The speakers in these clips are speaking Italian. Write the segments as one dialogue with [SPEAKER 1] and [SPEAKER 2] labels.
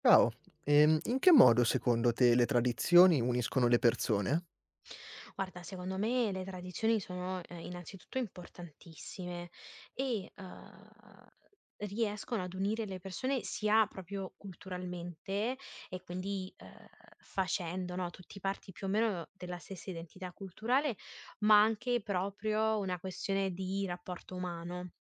[SPEAKER 1] Ciao, in che modo secondo te le tradizioni uniscono le persone?
[SPEAKER 2] Guarda, secondo me le tradizioni sono, innanzitutto importantissime e riescono ad unire le persone sia proprio culturalmente e quindi, facendo, no, tutti parti più o meno della stessa identità culturale, ma anche proprio una questione di rapporto umano.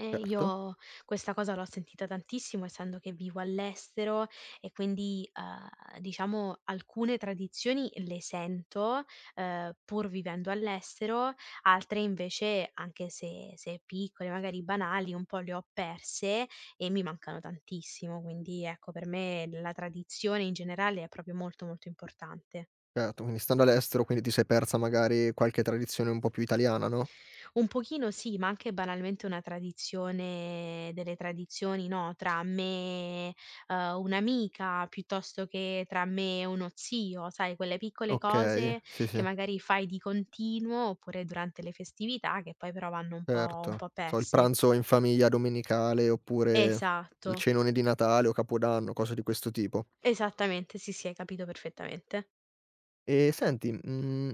[SPEAKER 1] Certo,
[SPEAKER 2] Io questa cosa l'ho sentita tantissimo, essendo che vivo all'estero e quindi, diciamo alcune tradizioni le sento, pur vivendo all'estero, altre invece, anche se piccole, magari banali, un po' le ho perse e mi mancano tantissimo. Quindi ecco, per me la tradizione in generale è proprio molto, molto importante.
[SPEAKER 1] certo, quindi stando all'estero, quindi ti sei persa magari qualche tradizione un po' più italiana, no?
[SPEAKER 2] Un pochino sì, ma anche banalmente una tradizione delle tradizioni, no, tra me, un'amica, piuttosto che tra me e uno zio, sai quelle piccole
[SPEAKER 1] Okay,
[SPEAKER 2] cose
[SPEAKER 1] sì,
[SPEAKER 2] che
[SPEAKER 1] sì,
[SPEAKER 2] magari fai di continuo, oppure durante le festività, che poi però vanno un po' un
[SPEAKER 1] certo.
[SPEAKER 2] po'
[SPEAKER 1] So il
[SPEAKER 2] perse.
[SPEAKER 1] pranzo in famiglia domenicale, oppure
[SPEAKER 2] Esatto,
[SPEAKER 1] il cenone di Natale o Capodanno, cose di questo tipo.
[SPEAKER 2] esattamente, sì, sì, hai capito perfettamente.
[SPEAKER 1] E senti,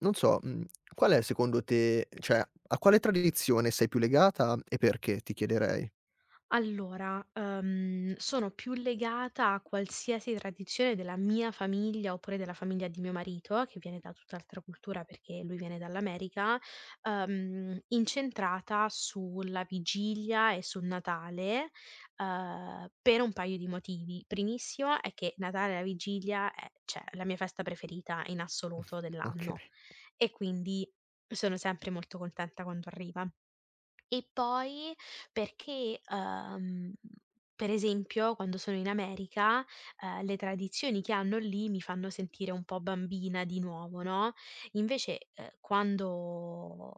[SPEAKER 1] non so, mhmm, qual è secondo te a quale tradizione sei più legata e perché, ti chiederei?
[SPEAKER 2] Allora, sono più legata a qualsiasi tradizione della mia famiglia, oppure della famiglia di mio marito, che viene da tutt'altra cultura perché lui viene dall'America, incentrata sulla vigilia e sul Natale, per un paio di motivi. Primissimo è che Natale e la vigilia è cioè, la mia festa preferita in assoluto
[SPEAKER 1] Okay,
[SPEAKER 2] dell'anno e quindi sono sempre molto contenta quando arriva. E poi perché, per esempio quando sono in America, le tradizioni che hanno lì mi fanno sentire un po' bambina di nuovo, no, invece, quando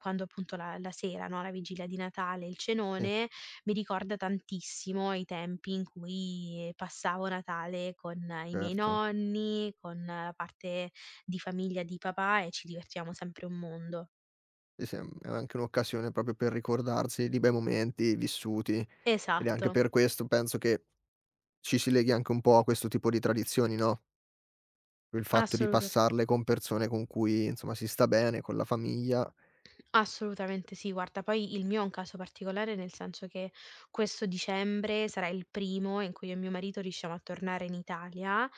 [SPEAKER 2] appunto la sera, no, la vigilia di Natale, il
[SPEAKER 1] sì,
[SPEAKER 2] cenone, mi ricorda tantissimo i tempi in cui passavo Natale con i miei
[SPEAKER 1] certo.
[SPEAKER 2] nonni, con la parte di famiglia di papà e ci divertivamo sempre un mondo.
[SPEAKER 1] Sì, sì, mhmm, è anche un'occasione proprio per ricordarsi di bei momenti vissuti, ed è anche
[SPEAKER 2] Esatto,
[SPEAKER 1] per questo penso che ci si leghi anche un po' a questo tipo di tradizioni, no, il fatto di
[SPEAKER 2] assolutame
[SPEAKER 1] passarle con persone con cui insomma si sta bene, con la famiglia.
[SPEAKER 2] Assolutamente sì, guarda, poi il mio è un caso particolare, nel senso che questo dicembre sarà il primo in cui io e mio marito riusciamo a tornare in Italia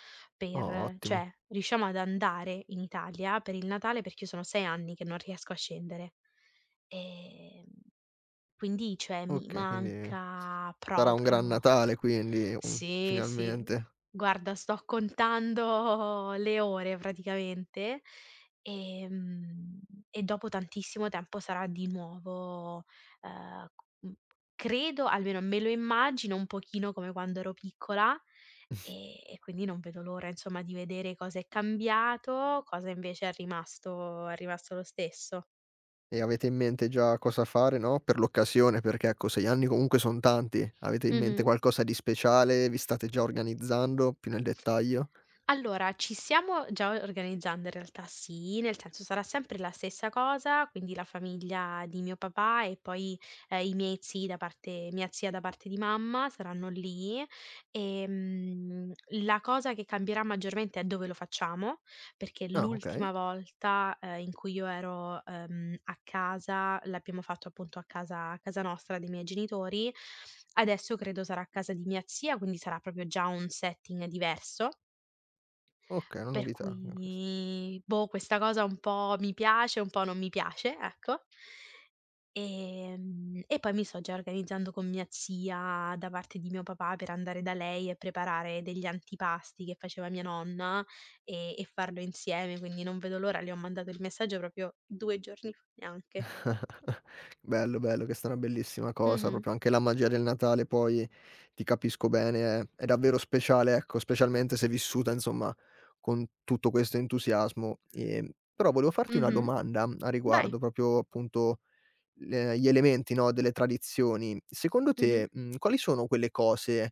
[SPEAKER 1] Oh,
[SPEAKER 2] per
[SPEAKER 1] ottimo.
[SPEAKER 2] cioè riusciamo ad andare in Italia per il Natale perché io sono 6 anni che non riesco a scendere. Ehm, quindi cioè mi
[SPEAKER 1] Okay, quindi s
[SPEAKER 2] manca
[SPEAKER 1] sarà un gran
[SPEAKER 2] proprio.
[SPEAKER 1] Natale quindi, un
[SPEAKER 2] Sì, sì.
[SPEAKER 1] finalmente.
[SPEAKER 2] Guarda, sto contando le ore praticamente, ehm, e dopo tantissimo tempo sarà di nuovo, ehm, c mhmm, credo, almeno me lo immagino un pochino come quando ero piccola, e quindi non vedo l'ora insomma di vedere cosa è cambiato, cosa invece è rimasto lo stesso.
[SPEAKER 1] E avete in mente già cosa fare, no, per l'occasione? Perché ecco, 6 anni comunque son tanti. Avete in mente
[SPEAKER 2] Mh-mh.
[SPEAKER 1] qualcosa di speciale? Vi state già organizzando più nel dettaglio?
[SPEAKER 2] Allora, ci stiamo già organizzando in realtà sì, nel senso sarà sempre la stessa cosa, quindi la famiglia di mio papà e poi, i miei zii da parte mia zia da parte di mamma saranno lì. Ehm, la cosa che cambierà maggiormente è dove lo facciamo, perché
[SPEAKER 1] Ah, okay.
[SPEAKER 2] l'ultima volta, in cui io ero, a casa l'abbiamo fatto appunto a casa nostra dei miei genitori. Adesso credo sarà a casa di mia zia, quindi sarà proprio già un setting diverso.
[SPEAKER 1] Okay, una
[SPEAKER 2] Per
[SPEAKER 1] novità anche questa.
[SPEAKER 2] cui, boh, questa cosa un po' mi piace, un po' non mi piace, ecco. E poi mi sto già organizzando con mia zia da parte di mio papà per andare da lei e preparare degli antipasti che faceva mia nonna e farlo insieme, quindi non vedo l'ora, le ho mandato il messaggio proprio 2 giorni fa neanche.
[SPEAKER 1] Bello, bello, questa è una bellissima cosa,
[SPEAKER 2] Mh-mh.
[SPEAKER 1] proprio anche la magia del Natale poi, ti capisco bene, è davvero speciale, ecco, specialmente se vissuta insomma con tutto questo entusiasmo. Però volevo farti una
[SPEAKER 2] Mh-mh.
[SPEAKER 1] domanda a
[SPEAKER 2] Vai.
[SPEAKER 1] riguardo, proprio appunto le gli elementi, no, delle tradizioni. Secondo
[SPEAKER 2] Mh-mh.
[SPEAKER 1] te, mhmm, quali sono quelle cose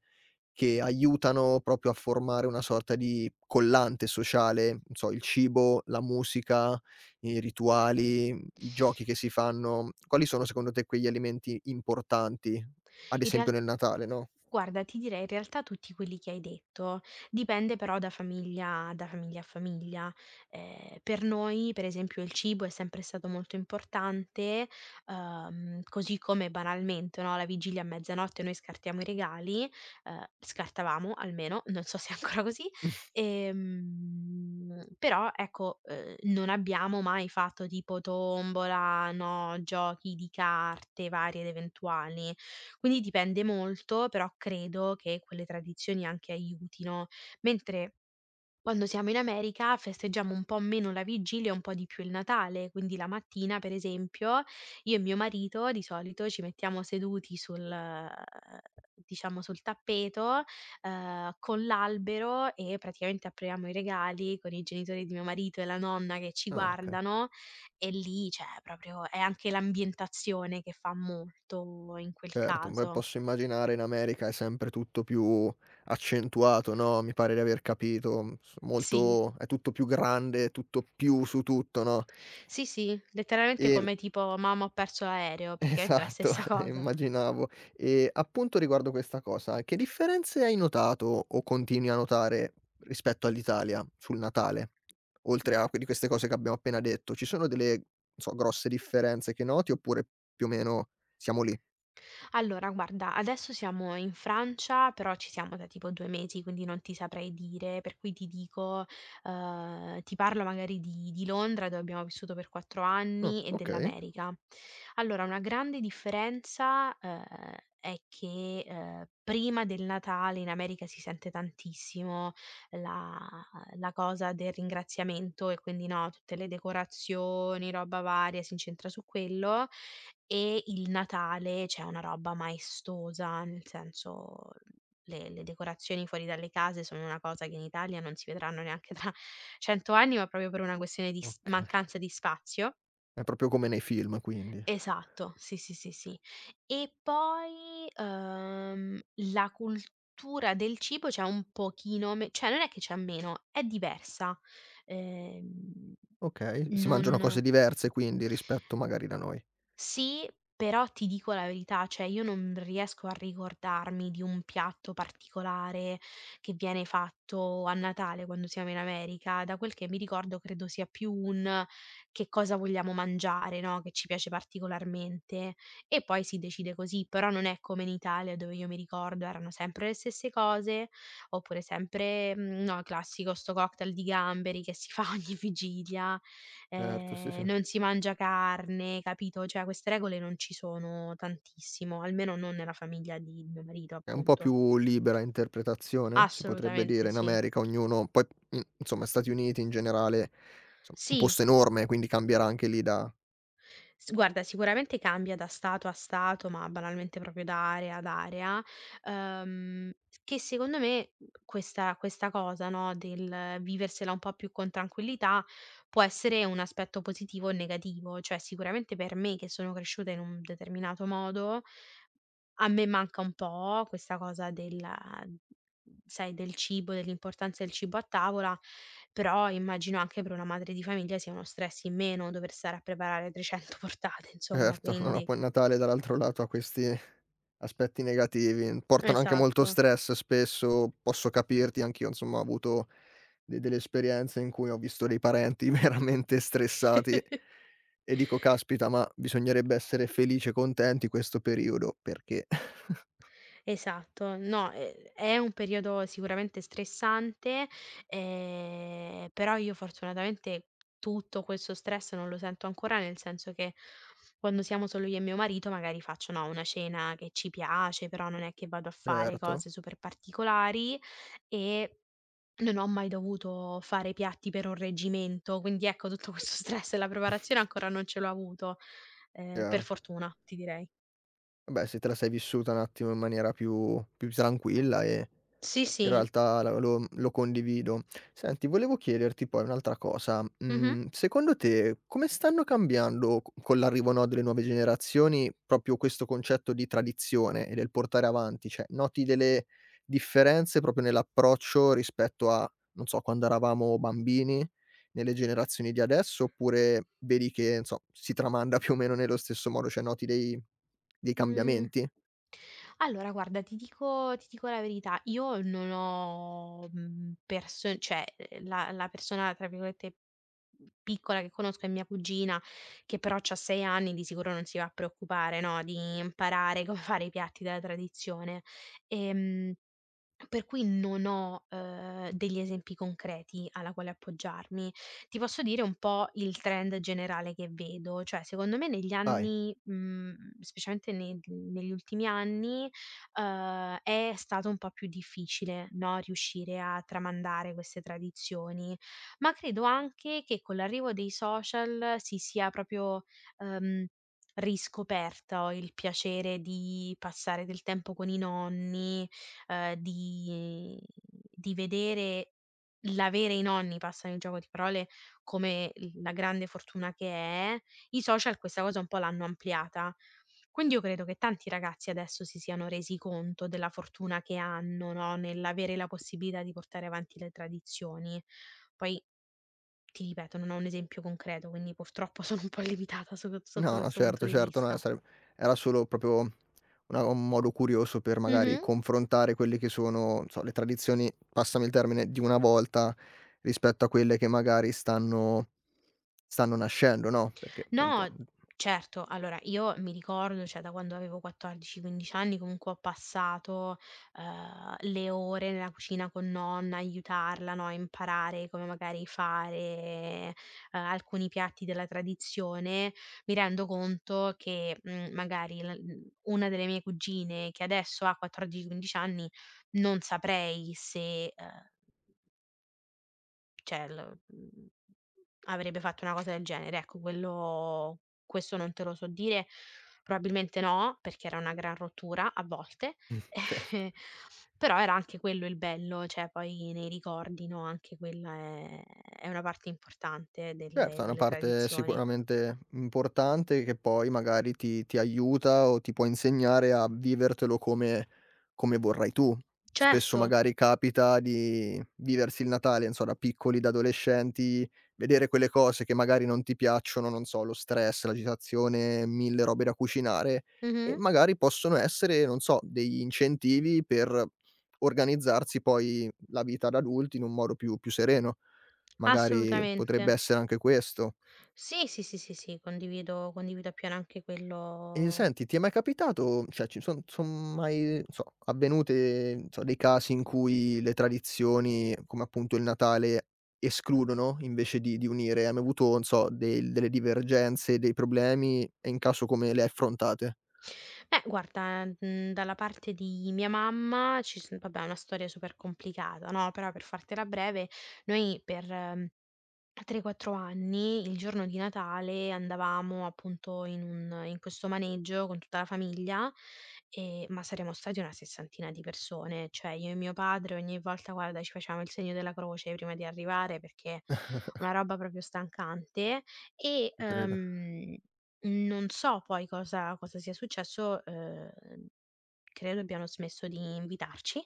[SPEAKER 1] che aiutano proprio a formare una sorta di collante sociale, non so, il cibo, la musica, i rituali, i giochi che si fanno. Quali sono secondo te quegli alimenti importanti, ad
[SPEAKER 2] In real
[SPEAKER 1] esempio nel Natale, no?
[SPEAKER 2] Guarda, ti direi in realtà tutti quelli che hai detto, dipende però da famiglia a famiglia. Per noi, per esempio, il cibo è sempre stato molto importante, così come banalmente, no, alla vigilia a mezzanotte noi scartiamo i regali, scartavamo almeno, non so se è ancora così, però ecco, non abbiamo mai fatto tipo tombola, no, giochi di carte varie ed eventuali. Quindi dipende molto, però credo che quelle tradizioni anche aiutino, mentre quando siamo in America festeggiamo un po' meno la vigilia e un po' di più il Natale, quindi la mattina, per esempio, io e mio marito di solito ci mettiamo seduti sul, diciamo sul tappeto, con l'albero e praticamente apriamo i regali con i genitori di mio marito e la nonna che ci
[SPEAKER 1] Ah, okay.
[SPEAKER 2] guardano e lì, cioè proprio è anche l'ambientazione che fa molto in quel
[SPEAKER 1] Certo, beh,
[SPEAKER 2] caso.
[SPEAKER 1] posso immaginare in America è sempre tutto più accentuato, no, mi pare di aver capito, mhmm, s
[SPEAKER 2] Sì,
[SPEAKER 1] molto è tutto più grande, tutto più su tutto, no?
[SPEAKER 2] sì, sì, letteralmente
[SPEAKER 1] E
[SPEAKER 2] come tipo: "Mamma ho perso l'aereo", praticamente la
[SPEAKER 1] Esatto,
[SPEAKER 2] stessa cosa.
[SPEAKER 1] immaginavo. E appunto riguardo questa cosa, che differenze hai notato o continui a notare rispetto all'Italia sul Natale? Oltre a quindi queste cose che abbiamo appena detto, ci sono delle, non so, grosse differenze che noti oppure più o meno siamo lì?
[SPEAKER 2] Allora guarda, adesso siamo in Francia, però ci siamo da tipo 2 mesi, quindi non ti saprei dire, per cui ti dico ti parlo magari di Londra, dove abbiamo vissuto per 4
[SPEAKER 1] Ah,
[SPEAKER 2] anni, e dell'America. Allora, una grande differenza, è che, prima del Natale in America si sente tantissimo la la cosa del ringraziamento e quindi, no, tutte le decorazioni, roba varia, si incentra su quello. E il Natale, cioè una roba maestosa, nel senso le decorazioni fuori dalle case sono una cosa che in Italia non si vedranno neanche tra 100 anni, ma proprio per una questione di s
[SPEAKER 1] okay.
[SPEAKER 2] mancanza di spazio.
[SPEAKER 1] È proprio come nei film quindi.
[SPEAKER 2] Esatto, sì, sì, sì, sì. E poi, la cultura del cibo c'è un pochino me cioè non è che c'è meno, è diversa. Ehm,
[SPEAKER 1] Okay, si mangiano cose
[SPEAKER 2] non
[SPEAKER 1] diverse quindi rispetto magari da noi.
[SPEAKER 2] Sì, però ti dico la verità, cioè io non riesco a ricordarmi di un piatto particolare che viene fatto a Natale quando siamo in America. Da quel che mi ricordo credo sia più un che cosa vogliamo mangiare, no, che ci piace particolarmente e poi si decide così, però non è come in Italia dove io mi ricordo erano sempre le stesse cose, oppure sempre, no, il classico sto cocktail di gamberi che si fa ogni vigilia
[SPEAKER 1] Certo, sì, sì.
[SPEAKER 2] non si mangia carne, capito, cioè queste regole non ci sono tantissimo, almeno non nella famiglia di mio marito
[SPEAKER 1] È un po'
[SPEAKER 2] appunto.
[SPEAKER 1] più libera interpretazione, si potrebbe dire,
[SPEAKER 2] Assolutamente
[SPEAKER 1] in
[SPEAKER 2] sì.
[SPEAKER 1] America ognuno poi in insomma Stati Uniti in generale, insomma un
[SPEAKER 2] Sì,
[SPEAKER 1] posto enorme, quindi cambierà anche lì da
[SPEAKER 2] s guarda sicuramente cambia da stato a stato, ma banalmente proprio da area ad area, uhm, che secondo me questa cosa, no, del viversela un po' più con tranquillità, può essere un aspetto positivo o negativo. Cioè sicuramente per me che sono cresciuta in un determinato modo a me manca un po' questa cosa della sai, del cibo, dell'importanza del cibo a tavola, però immagino anche per una madre di famiglia sia uno stress in meno dover stare a preparare 300 portate insomma,
[SPEAKER 1] certo. No, no,
[SPEAKER 2] quindi
[SPEAKER 1] poi il Natale dall'altro lato ha questi aspetti negativi, portano anche molto
[SPEAKER 2] esatto.
[SPEAKER 1] stress spesso, posso capirti, anch'io insomma ho avuto de delle esperienze in cui ho visto dei parenti veramente stressati e dico: "Caspita, ma bisognerebbe essere felici e contenti questo periodo, perché".
[SPEAKER 2] Esatto, no, è un periodo sicuramente stressante, però io fortunatamente tutto questo stress non lo sento ancora, nel senso che quando siamo solo io e mio marito magari faccio, no, una cena che ci piace, però non è che vado a fare
[SPEAKER 1] Certo,
[SPEAKER 2] cose super particolari e non ho mai dovuto fare piatti per un reggimento, quindi ecco tutto questo stress e la preparazione ancora non ce l'ho avuto, per
[SPEAKER 1] chiaro.
[SPEAKER 2] fortuna ti direi.
[SPEAKER 1] Vabbè, se te la sei vissuta un attimo in maniera più tranquilla e
[SPEAKER 2] Sì,
[SPEAKER 1] in
[SPEAKER 2] sì.
[SPEAKER 1] realtà la lo lo condivido. Senti, volevo chiederti poi un'altra cosa:
[SPEAKER 2] Mh-mh.
[SPEAKER 1] mhmm, secondo te come stanno cambiando co con l'arrivo, no, delle nuove generazioni proprio questo concetto di tradizione e del portare avanti? Cioè, noti delle differenze proprio nell'approccio rispetto a, non so, quando eravamo bambini, nelle generazioni di adesso, oppure vedi che, non so, si tramanda più o meno nello stesso modo, cioè noti dei
[SPEAKER 2] Mh.
[SPEAKER 1] cambiamenti?
[SPEAKER 2] Allora guarda, ti dico la verità, io non ho, perso cioè, la persona tra virgolette piccola che conosco è mia cugina, che però c'ha 6 anni, di sicuro non si va a preoccupare, no, di imparare come fare i piatti della tradizione. Ehm per cui non ho, degli esempi concreti alla quale appoggiarmi. Ti posso dire un po' il trend generale che vedo, cioè secondo me negli
[SPEAKER 1] Vai.
[SPEAKER 2] anni specialmente negli ultimi anni, è stato un po' più difficile, no, riuscire a tramandare queste tradizioni, ma credo anche che con l'arrivo dei social si sia proprio, uhm, riscoperto il piacere di passare del tempo con i nonni di vedere l'avere i nonni, passami il gioco di parole, come l la grande fortuna che è, i social questa cosa un po' l'hanno ampliata. Quindi io credo che tanti ragazzi adesso si siano resi conto della fortuna che hanno, no, nell'avere la possibilità di portare avanti le tradizioni. Poi, ti ripeto, non ho un esempio concreto, quindi purtroppo sono un po' limitata sotto
[SPEAKER 1] No, no,
[SPEAKER 2] questo punto
[SPEAKER 1] certo,
[SPEAKER 2] di
[SPEAKER 1] certo, no,
[SPEAKER 2] vista.
[SPEAKER 1] sare era solo proprio una un modo curioso per magari
[SPEAKER 2] Mh-mh.
[SPEAKER 1] confrontare quelle che sono, non so, le tradizioni, passami il termine, di una volta rispetto a quelle che magari stanno nascendo, no, perché appunto.
[SPEAKER 2] No, certo. Allora, io mi ricordo, cioè, da quando avevo 14, 15 anni, comunque ho passato, le ore nella cucina con nonna, aiutarla, no, a imparare come magari fare, alcuni piatti della tradizione. Mi rendo conto che, magari una delle mie cugine, che adesso ha 14, 15 anni, non saprei se, cioè avrebbe fatto una cosa del genere, ecco quello questo non te lo so dire, probabilmente no, perché era una gran rottura a volte,
[SPEAKER 1] Mh, certo.
[SPEAKER 2] però era anche quello il bello, cioè poi nei ricordi, no, anche quella è una parte importante delle
[SPEAKER 1] Certo, è una
[SPEAKER 2] delle
[SPEAKER 1] parte
[SPEAKER 2] tradizioni.
[SPEAKER 1] sicuramente importante che poi magari ti aiuta o ti può insegnare a vivertelo come come vorrai tu. Spesso
[SPEAKER 2] Certo,
[SPEAKER 1] magari capita di viversi il Natale, non so, da piccoli, da adolescenti, vedere quelle cose che magari non ti piacciono, non so, lo stress, l'agitazione, 1000 robe da cucinare e
[SPEAKER 2] mh-mh,
[SPEAKER 1] magari possono essere, non so, degli incentivi per organizzarsi poi la vita da adulti in un modo più sereno. Magari
[SPEAKER 2] assolutamente.
[SPEAKER 1] potrebbe essere anche questo.
[SPEAKER 2] Sì, sì, sì, sì, sì, condivido appieno anche
[SPEAKER 1] E
[SPEAKER 2] quello.
[SPEAKER 1] senti, ti è mai capitato cioè ci son son mai, non so, avvenute, n so, dei casi in cui le tradizioni, come appunto il Natale, escludono invece di unire? Hai mai avuto, non so, delle divergenze, dei problemi e in caso come le hai affrontate?
[SPEAKER 2] Beh, guarda, dalla parte di mia mamma ci son vabbè, è una storia super complicata, no, però per fartela breve, noi per a 3, 4 anni, il giorno di Natale, andavamo appunto in questo maneggio con tutta la famiglia, ma saremo stati una sessantina di persone, cioè io e mio padre ogni volta, guarda, ci facevamo il segno della croce prima di arrivare perché una roba proprio stancante e,
[SPEAKER 1] Ti credo.
[SPEAKER 2] non so poi cosa sia successo, credo abbiano smesso di invitarci,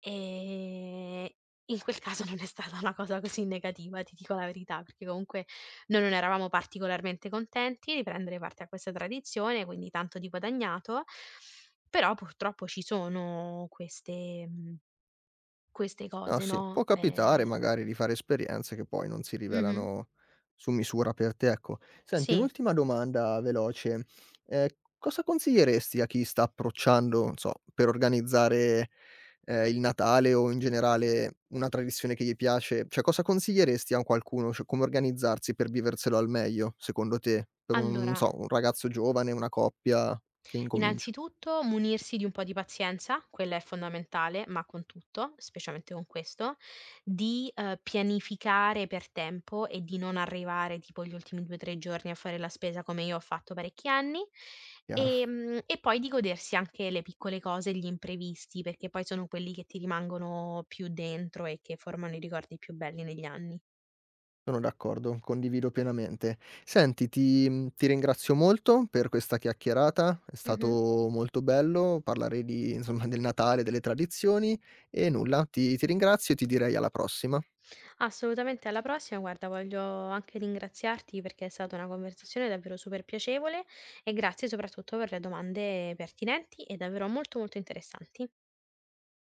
[SPEAKER 2] ehm, in quel caso non è stata una cosa così negativa, ti dico la verità, perché comunque noi non eravamo particolarmente contenti di prendere parte a questa tradizione, quindi tanto di guadagnato, però purtroppo ci sono queste
[SPEAKER 1] Ah
[SPEAKER 2] cose,
[SPEAKER 1] sì, può
[SPEAKER 2] no,
[SPEAKER 1] capitare magari di fare esperienze che poi non si
[SPEAKER 2] mh-mh,
[SPEAKER 1] rivelano su misura per te, ecco. Senti,
[SPEAKER 2] sì.
[SPEAKER 1] un'ultima domanda veloce. Ehm, cosa consiglieresti a chi sta approcciando, non so, per organizzare, il Natale o in generale una tradizione che gli piace? Cioè, cosa consiglieresti a un qualcuno, cioè come organizzarsi per viverselo al meglio secondo te? Per un non
[SPEAKER 2] Allora,
[SPEAKER 1] so, un ragazzo giovane, una coppia che incomincia,
[SPEAKER 2] innanzitutto munirsi di un po' di pazienza, quella è fondamentale, ma con tutto, specialmente con questo, di, pianificare per tempo e di non arrivare tipo gli ultimi 2, 3 giorni a fare la spesa come io ho fatto parecchi anni,
[SPEAKER 1] chiaro.
[SPEAKER 2] e poi di godersi anche le piccole cose e gli imprevisti, perché poi sono quelli che ti rimangono più dentro e che formano i ricordi più belli negli anni.
[SPEAKER 1] Sono d'accordo, condivido pienamente. Senti, ti ti ringrazio molto per questa chiacchierata, è
[SPEAKER 2] Mh-mh.
[SPEAKER 1] stato molto bello parlare di insomma del Natale, delle tradizioni e nulla, ti ringrazio e ti direi alla prossima.
[SPEAKER 2] Assolutamente, alla prossima. Guarda, voglio anche ringraziarti perché è stata una conversazione davvero super piacevole e grazie soprattutto per le domande pertinenti e davvero molto molto interessanti.